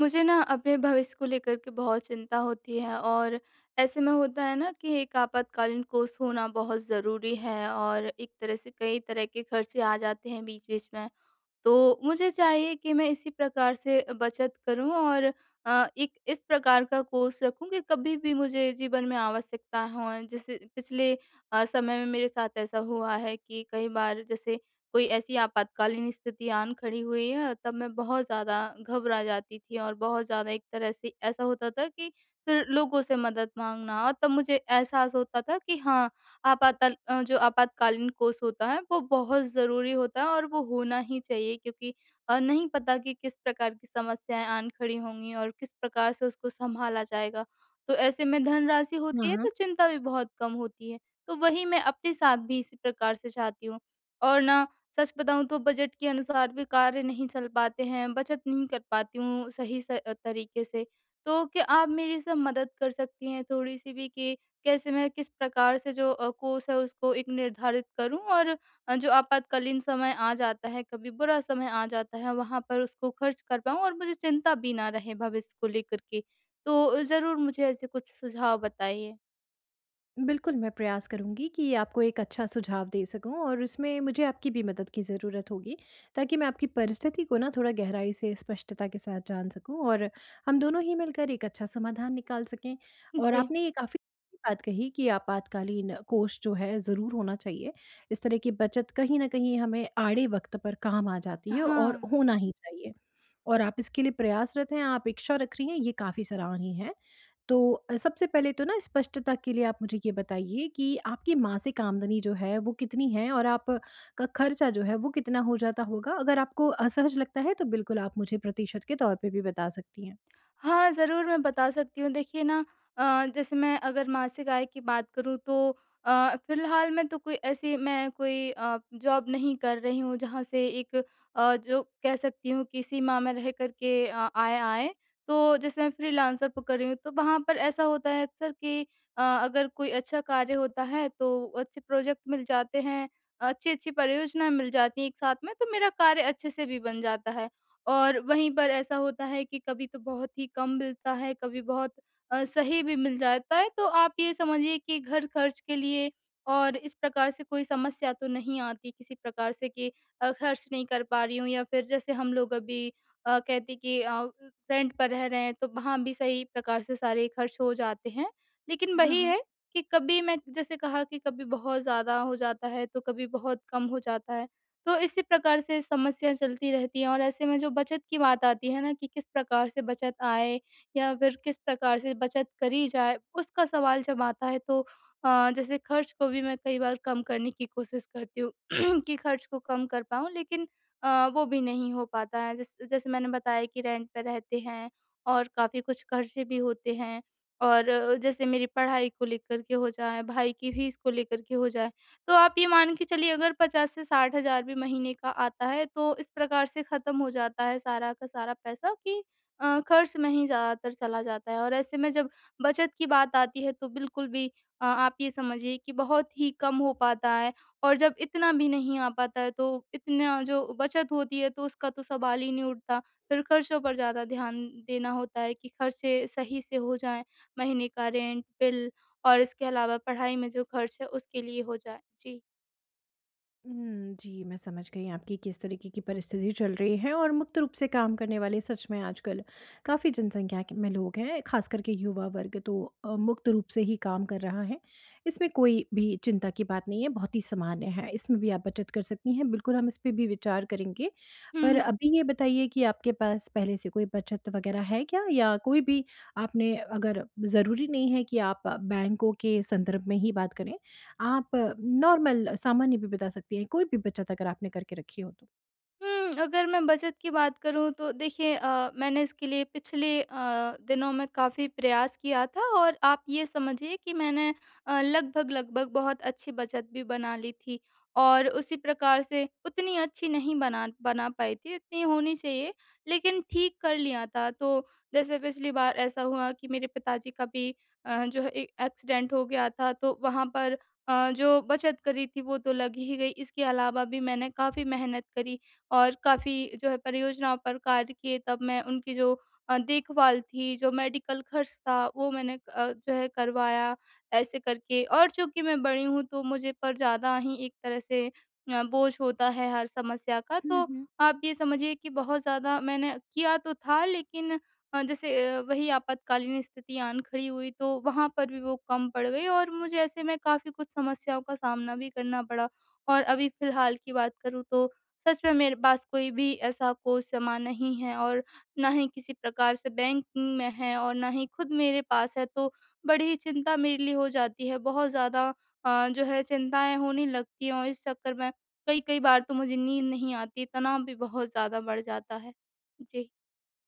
मुझे ना अपने भविष्य को लेकर के बहुत चिंता होती है और ऐसे में होता है ना कि एक आपातकालीन कोर्स होना बहुत ज़रूरी है और एक तरह से कई तरह के खर्चे आ जाते हैं बीच बीच में। तो मुझे चाहिए कि मैं इसी प्रकार से बचत करूँ और एक इस प्रकार का कोर्स रखूँ कि कभी भी मुझे जीवन में आवश्यकता हो। जैसे पिछले समय में मेरे साथ ऐसा हुआ है कि कई बार जैसे कोई ऐसी आपातकालीन स्थिति आन खड़ी हुई है, तब मैं बहुत ज़्यादा घबरा जाती थी और बहुत ज़्यादा एक तरह से ऐसा होता था कि फिर लोगों से मदद माँगना और तब मुझे एहसास होता था कि हाँ, जो आपातकालीन कोष होता है वो बहुत ज़रूरी होता है और वो होना ही चाहिए, क्योंकि नहीं पता कि किस प्रकार की समस्याएँ आन खड़ी होंगी और किस प्रकार से उसको सँभाला जाएगा। तो ऐसे में धनराशि हाँ, होती है हाँ। तो चिंता भी बहुत कम होती है। तो वही मैं अपने साथ भी इसी प्रकार से चाहती हूँ। और ना, सच बताऊँ तो बजट के अनुसार भी कार्य नहीं चल पाते हैं, बचत नहीं कर पाती हूँ सही स तरीके से। तो क्या आप मेरी इसमें मदद कर सकती हैं थोड़ी-सी भी, कि कैसे मैं किस प्रकार से जो कोर्स है उसको एक निर्धारित करूँ और जो आपातकालीन समय आ जाता है, कभी बुरा समय आ जाता है, वहाँ पर उसको खर्च कर पाऊँ और मुझे चिंता भी ना रहे भविष्य को लेकर के। तो ज़रूर मुझे ऐसे कुछ सुझाव बताइए। बिल्कुल, मैं प्रयास करूँगी कि आपको एक अच्छा सुझाव दे सकूँ और उसमें मुझे आपकी भी मदद की ज़रूरत होगी, ताकि मैं आपकी परिस्थिति को ना थोड़ा गहराई से स्पष्टता के साथ जान सकूँ और हम दोनों ही मिलकर एक अच्छा समाधान निकाल सकें। और जी। आपने ये काफ़ी बात कही कि आपातकालीन कोष जो है ज़रूर होना चाहिए। इस तरह की बचत कहीं न कहीं हमें आड़े वक़्त पर काम आ जाती है और हाँ। होना ही चाहिए और आप इसके लिए प्रयासरत हैं, आप इच्छा रख रही हैं, ये काफ़ी सराहनीय है। तो सबसे पहले तो ना स्पष्टता के लिए आप मुझे ये बताइए कि आपकी मासिक आमदनी जो है वो कितनी है और आप का खर्चा जो है वो कितना हो जाता होगा? अगर आपको असहज लगता है तो बिल्कुल आप मुझे प्रतिशत के तौर पे भी बता सकती हैं। हाँ, ज़रूर मैं बता सकती हूँ। देखिए ना, जैसे मैं अगर मासिक आय की बात करूँ तो फ़िलहाल मैं कोई जॉब नहीं कर रही हूँ जहाँ से एक जो कह सकती हूँ कि सीमा में रह कर के आय आए। तो जैसे मैं फ्रीलांसर पर कर रही हूँ तो वहाँ पर ऐसा होता है अक्सर कि अगर कोई अच्छा कार्य होता है तो अच्छे प्रोजेक्ट मिल जाते हैं, अच्छी-अच्छी परियोजनाएँ मिल जाती हैं एक साथ में, तो मेरा कार्य अच्छे से भी बन जाता है। और वहीं पर ऐसा होता है कि कभी तो बहुत ही कम मिलता है, कभी बहुत सही भी मिल जाता है। तो आप ये समझिए कि घर खर्च के लिए और इस प्रकार से कोई समस्या तो नहीं आती किसी प्रकार से, कि खर्च नहीं कर पा रही हूँ या फिर जैसे हम लोग अभी कहते कि रेंट पर रह रहे हैं तो वहाँ भी सही प्रकार से सारे खर्च हो जाते हैं। लेकिन हाँ, वही हाँ। है कि कभी, मैं जैसे कहा कि कभी बहुत ज़्यादा हो जाता है, तो कभी बहुत कम हो जाता है। तो इसी प्रकार से समस्या चलती रहती है और ऐसे में जो बचत की बात आती है ना, कि किस प्रकार से बचत आए या फिर किस प्रकार से बचत करी जाए, उसका सवाल जब आता है तो जैसे खर्च को भी मैं कई बार कम करने की कोशिश करती हूँ कि खर्च को कम कर पाऊँ, लेकिन वो भी नहीं हो पाता है। जैसे मैंने बताया कि रेंट पे रहते हैं और काफ़ी कुछ खर्चे भी होते हैं और जैसे मेरी पढ़ाई को लेकर के हो जाए, भाई की फीस को लेकर के हो जाए। तो आप ये मान के चलिए अगर 50 से 60 हज़ार भी महीने का आता है, तो इस प्रकार से ख़त्म हो जाता है सारा का सारा पैसा, कि खर्च में ही ज़्यादातर चला जाता है और ऐसे में जब बचत की बात आती है, तो बिल्कुल भी आप ये समझिए कि बहुत ही कम हो पाता है और जब इतना भी नहीं आ पाता है, तो इतना जो बचत होती है, तो उसका तो सवाल ही नहीं उठता। फिर खर्चों पर ज़्यादा ध्यान देना होता है कि खर्चे सही से हो जाएँ, महीने का रेंट, बिल और इसके अलावा पढ़ाई में जो खर्च है उसके लिए हो जाए। जी। हुँ, जी, मैं समझ गई आपकी किस तरीके की परिस्थिति चल रही है और मुक्त रूप से काम करने वाले सच में आजकल काफ़ी जनसंख्या के में लोग हैं, ख़ास करके युवा वर्ग तो मुक्त रूप से ही काम कर रहा है। इसमें कोई भी चिंता की बात नहीं है, बहुत ही सामान्य है, इसमें भी आप बचत कर सकती हैं, बिल्कुल हम इस पे भी विचार करेंगे। पर हुँ, अभी ये बताइए कि आपके पास पहले से कोई बचत वग़ैरह है क्या? या कोई भी आपने अगर ज़रूरी नहीं है कि आप बैंकों के संदर्भ में ही बात करें। आप नॉर्मल सामान्य भी बता सकती हैं, कोई भी बचत अगर आपने करके रखी हो तो। हुँ, अगर मैं बचत की बात करूँ तो देखिए, मैंने इसके लिए पिछले दिनों में काफ़ी प्रयास किया था और आप ये समझिए कि मैंने लगभग-लगभग बहुत अच्छी बचत भी बना ली थी। और उसी प्रकार से उतनी अच्छी नहीं बना बना पाई थी, इतनी होनी चाहिए, लेकिन ठीक कर लिया था। तो जैसे पिछली बार ऐसा हुआ कि मेरे पिताजी का भी जो है ए एक्सीडेंट हो गया था तो वहाँ पर जो बचत करी थी वो तो लग ही गई। इसके अलावा भी मैंने काफ़ी मेहनत करी और काफ़ी जो है परियोजनाओं पर कार्य किए, तब मैं उनकी जो देखभाल थी, जो मेडिकल खर्च था वो मैंने जो है करवाया ऐसे करके। और चूँकि मैं बड़ी हूँ तो मुझ पर ज़्यादा ही एक तरह से बोझ होता है हर समस्या का। हुँ, तो हुँ। आप ये समझिए कि बहुत ज़्यादा मैंने किया तो था, लेकिन जैसे वही आपातकालीन स्थिति आन खड़ी हुई तो वहाँ पर भी वो कम पड़ गई और मुझे ऐसे में काफ़ी कुछ समस्याओं का सामना भी करना पड़ा। और अभी फ़िलहाल की बात करूँ तो सच में मेरे पास कोई भी ऐसा कोई सामान नहीं है और ना ही किसी प्रकार से बैंकिंग में है और ना ही खुद मेरे पास है, तो बड़ी चिंता मेरे लिए हो जाती है। बहुत ज़्यादा जो है चिंताएँ होने लगती हैं और इस चक्कर में कई-कई बार तो मुझे नींद नहीं आती, तनाव भी बहुत ज़्यादा बढ़ जाता है। जी।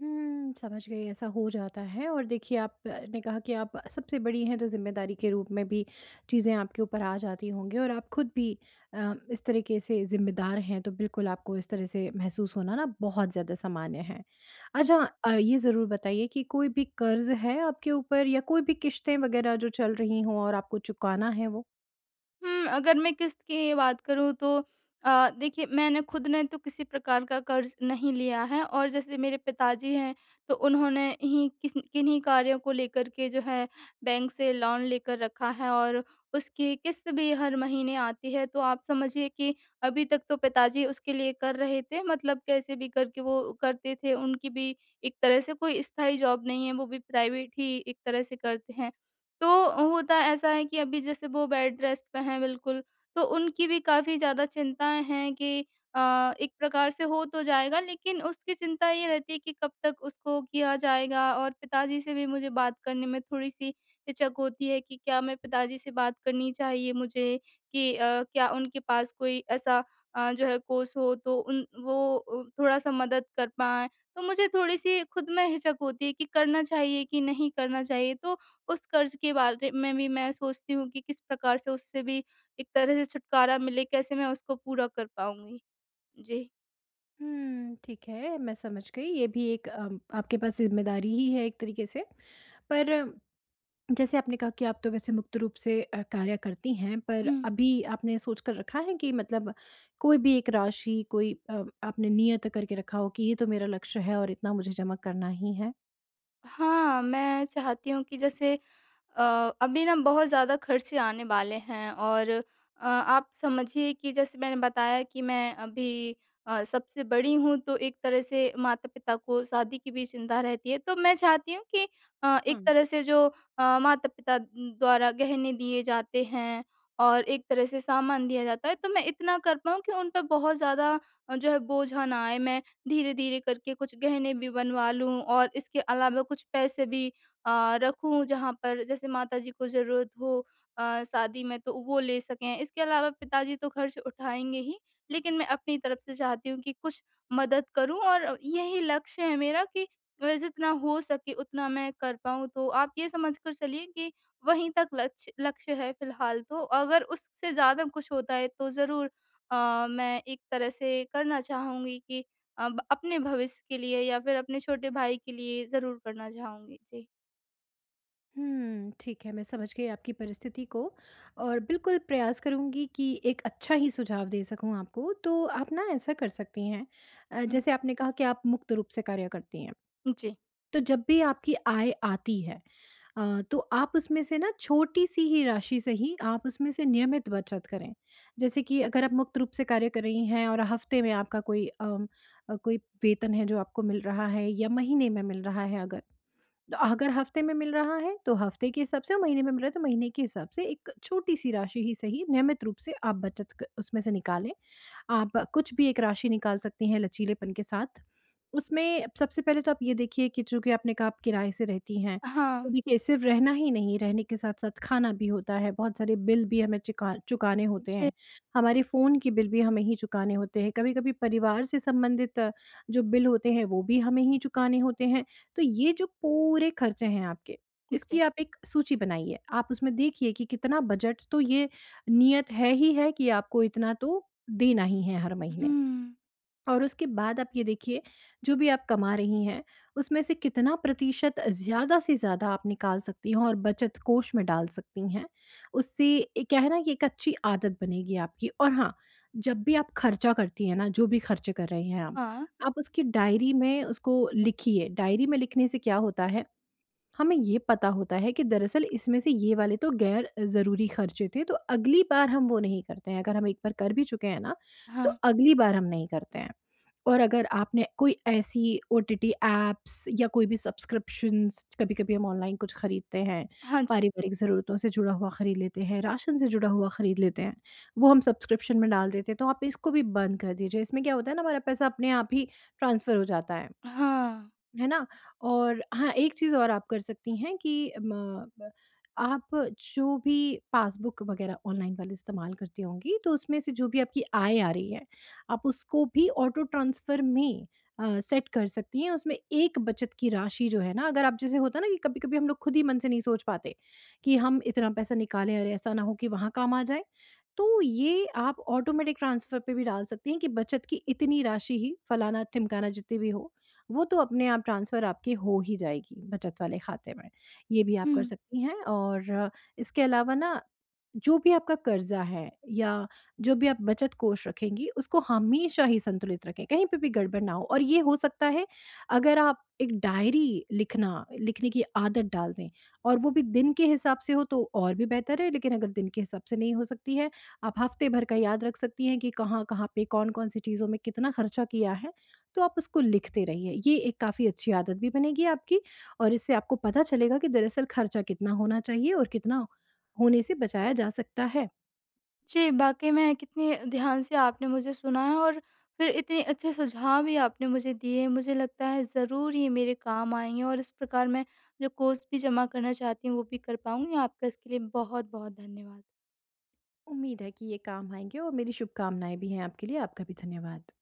हुँ, समझ गई ऐसा हो जाता है और देखिए आपने कहा कि आप सबसे बड़ी हैं तो ज़िम्मेदारी के रूप में भी चीज़ें आपके ऊपर आ जाती होंगी और आप खुद भी इस तरीके से ज़िम्मेदार हैं तो बिल्कुल आपको इस तरह से महसूस होना ना बहुत ज़्यादा सामान्य है। अच्छा ये ज़रूर बताइए कि कोई भी कर्ज़ है आपके ऊपर या कोई भी किश्तें वग़ैरह जो चल रही हों और आपको चुकाना है वो? हुँ, अगर मैं किस्त की बात करूँ तो देखिए, मैंने खुद ने तो किसी प्रकार का कर्ज़ नहीं लिया है और जैसे मेरे पिताजी हैं, तो उन्होंने ही किस किन्हीं कार्यों को लेकर के जो है बैंक से लोन लेकर रखा है और उसकी किस्त भी हर महीने आती है। तो आप समझिए कि अभी तक तो पिताजी उसके लिए कर रहे थे, मतलब कैसे भी करके वो करते थे। उनकी भी एक तरह से कोई स्थायी जॉब नहीं है, वो भी प्राइवेट ही एक तरह से करते हैं। तो होता ऐसा है कि अभी जैसे वो बेड रेस्ट पे हैं बिल्कुल, तो उनकी भी काफ़ी ज़्यादा चिंताएँ हैं कि एक प्रकार से हो तो जाएगा, लेकिन उसकी चिंता ये रहती है कि कब तक उसको किया जाएगा और पिताजी से भी मुझे बात करने में थोड़ी-सी हिचक होती है कि क्या मैं पिताजी से बात करनी चाहिए मुझे, कि क्या उनके पास कोई ऐसा जो है कोर्स हो तो उन वो थोड़ा-सा मदद कर पाएँ। तो मुझे थोड़ी-सी खुद में हिचक होती है कि करना चाहिए कि नहीं करना चाहिए। तो उस कर्ज़ के बारे में भी मैं सोचती हूँ कि किस प्रकार से उससे भी एक तरह से छुटकारा मिले, कैसे मैं उसको पूरा कर पाऊँगी? जी। हुँ, ठीक है, मैं समझ गई। ये भी एक आपके पास ज़िम्मेदारी ही है एक तरीके से। पर जैसे आपने कहा कि आप तो वैसे मुक्त रूप से कार्य करती हैं, पर हुँ। अभी आपने सोच कर रखा है कि मतलब कोई भी एक राशि कोई आपने नियत करके रखा हो कि ये तो मेरा लक्ष्य है और इतना मुझे जमा करना ही है? हाँ, मैं चाहती हूँ कि जैसे अ, अभी ना बहुत ज़्यादा खर्चे आने वाले हैं और आप समझिए कि जैसे मैंने बताया कि मैं अभी सबसे बड़ी हूँ तो एक तरह से माता-पिता को शादी की भी चिंता रहती है। तो मैं चाहती हूँ कि हाँ। एक तरह से जो माता-पिता द्वारा गहने दिए जाते हैं और एक तरह से सामान दिया जाता है, तो मैं इतना कर पाऊँ कि उन पे बहुत ज़्यादा जो है बोझा ना आए। मैं धीरे-धीरे करके कुछ गहने भी बनवा लूँ और इसके अलावा कुछ पैसे भी रखूँ जहाँ पर जैसे माताजी को ज़रूरत हो शादी में, तो वो ले सकें। इसके अलावा पिताजी तो खर्च उठाएँगे ही, लेकिन मैं अपनी तरफ से चाहती हूँ कि कुछ मदद करूँ और यही लक्ष्य है मेरा कि जितना हो सके उतना मैं कर पाऊँ। तो आप ये समझ कर चलिए कि वहीं तक लक्ष्य लक्ष्य है फ़िलहाल तो। अगर उससे ज़्यादा कुछ होता है तो ज़रूर मैं एक तरह से करना चाहूँगी कि अब अपने भविष्य के लिए या फिर अपने छोटे भाई के लिए ज़रूर करना चाहूँगी। जी। हुँ, ठीक है, मैं समझ गई आपकी परिस्थिति को और बिल्कुल प्रयास करूँगी कि एक अच्छा ही सुझाव दे सकूँ आपको। तो आप ना ऐसा कर सकती हैं हुँ, जैसे आपने कहा कि आप मुक्त रूप से कार्य करती हैं, जी। तो जब भी आपकी आय आती है तो आप उसमें से ना छोटी-सी ही राशि से ही आप उसमें से नियमित बचत करें। जैसे कि अगर आप मुक्त रूप से कार्य कर रही हैं और हफ़्ते में आपका कोई कोई वेतन है जो आपको मिल रहा है या महीने में मिल रहा है अगर, तो अगर हफ्ते में मिल रहा है तो हफ्ते के हिसाब से और महीने में मिल रहा है तो महीने के हिसाब से एक छोटी सी राशि ही सही नियमित रूप से आप उसमें से निकालें। आप कुछ भी एक राशि निकाल सकती हैं लचीलेपन के साथ। उसमें सबसे पहले तो आप ये देखिए कि चूंकि आपने कहा आप किराए से रहती हैं, तो हाँ, देखिए सिर्फ रहना ही नहीं, रहने के साथ साथ खाना भी होता है, बहुत सारे बिल भी हमें चुकाने होते जी, हैं। हमारे फ़ोन के बिल भी हमें ही चुकाने होते हैं, कभी कभी परिवार से संबंधित जो बिल होते हैं वो भी हमें ही चुकाने होते हैं। तो ये जो पूरे खर्चे हैं आपके, इसकी जी। आप एक सूची बनाइए। आप उसमें देखिए कि कितना बजट तो ये नियत है ही है कि आपको इतना तो देना ही है हर महीने। हुँ, और उसके बाद आप ये देखिए, जो भी आप कमा रही हैं, उसमें से कितना प्रतिशत ज़्यादा से ज़्यादा आप निकाल सकती हैं और बचत कोष में डाल सकती हैं। उससे क्या है ना कि एक अच्छी आदत बनेगी आपकी। और हाँ, जब भी आप खर्चा करती हैं ना, जो भी खर्चे कर रहे हैं हाँ, आप उसकी डायरी में उसको लिखिए। डायरी में लिखने से क्या होता है, हमें ये पता होता है कि दरअसल इसमें से ये वाले तो गैर ज़रूरी खर्चे थे, तो अगली बार हम वो नहीं करते हैं। अगर हम एक बार कर भी चुके हैं ना, तो हाँ, अगली बार हम नहीं करते हैं। और अगर आपने कोई ऐसी ओटीटी ऐप्स या कोई भी सब्सक्रिप्शंस, कभी-कभी हम ऑनलाइन कुछ खरीदते हैं, हाँ जी, पारिवारिक ज़रूरतों से जुड़ा हुआ खरीद लेते हैं, राशन से जुड़ा हुआ खरीद लेते हैं, वो हम सब्सक्रिप्शन में डाल देते हैं, तो आप इसको भी बंद कर दीजिए। इसमें क्या होता है ना, हमारा पैसा अपने आप ही ट्रांसफ़र हो जाता है। हाँ, है ना? और हाँ, एक चीज़ और आप कर सकती हैं कि म ब आप जो भी पासबुक वग़ैरह ऑनलाइन वाले इस्तेमाल करती होंगी, तो उसमें से जो भी आपकी आय आ रही है, आप उसको भी ऑटो ट्रांसफ़र में सेट कर सकती हैं। उसमें एक बचत की राशि जो है ना, अगर आप जैसे होता है ना कि कभी-कभी हम लोग खुद ही मन से नहीं सोच पाते कि हम इतना पैसा निकालें और ऐसा ना हो कि वहाँ काम आ जाए। तो ये आप ऑटोमेटिक ट्रांसफ़र पे भी डाल सकती हैं कि बचत की इतनी राशि ही फलाना-ढिमकाना जितनी भी हो। वो तो अपने आप ट्रांसफ़र आपकी हो ही जाएगी बचत वाले खाते में। ये भी आप कर हुँ। सकती हैं। और इसके अलावा ना जो भी आपका कर्ज़ा है या जो भी आप बचत कोष रखेंगी उसको हमेशा ही संतुलित रखें, कहीं पे भी गड़बड़ ना हो। और ये हो सकता है अगर आप एक डायरी लिखना लिखने की आदत डाल दें, और वो भी दिन के हिसाब से हो तो और भी बेहतर है, लेकिन अगर दिन के हिसाब से नहीं हो सकती है, आप हफ़्ते भर का याद रख सकती हैं कि कहाँ-कहाँ पे, कौन-कौन सी चीज़ों में कितना खर्चा किया है, तो आप उसको लिखते रहिए। ये एक काफ़ी अच्छी आदत भी बनेगी आपकी और इससे आपको पता चलेगा कि दरअसल खर्चा कितना होना चाहिए और कितना होने से बचाया जा सकता है। जी, वाक़ई में कितने ध्यान से आपने मुझे सुना है और फिर इतने अच्छे सुझाव भी आपने मुझे दिए। मुझे लगता है ज़रूर ये मेरे काम आएँगे और इस प्रकार मैं जो कोर्स भी जमा करना चाहती हूँ, वो भी कर पाऊँगी। आपका इसके लिए बहुत-बहुत धन्यवाद। उम्मीद है कि ये काम आएँगे और मेरी शुभकामनाएँ भी हैं आपके लिए। आपका भी धन्यवाद।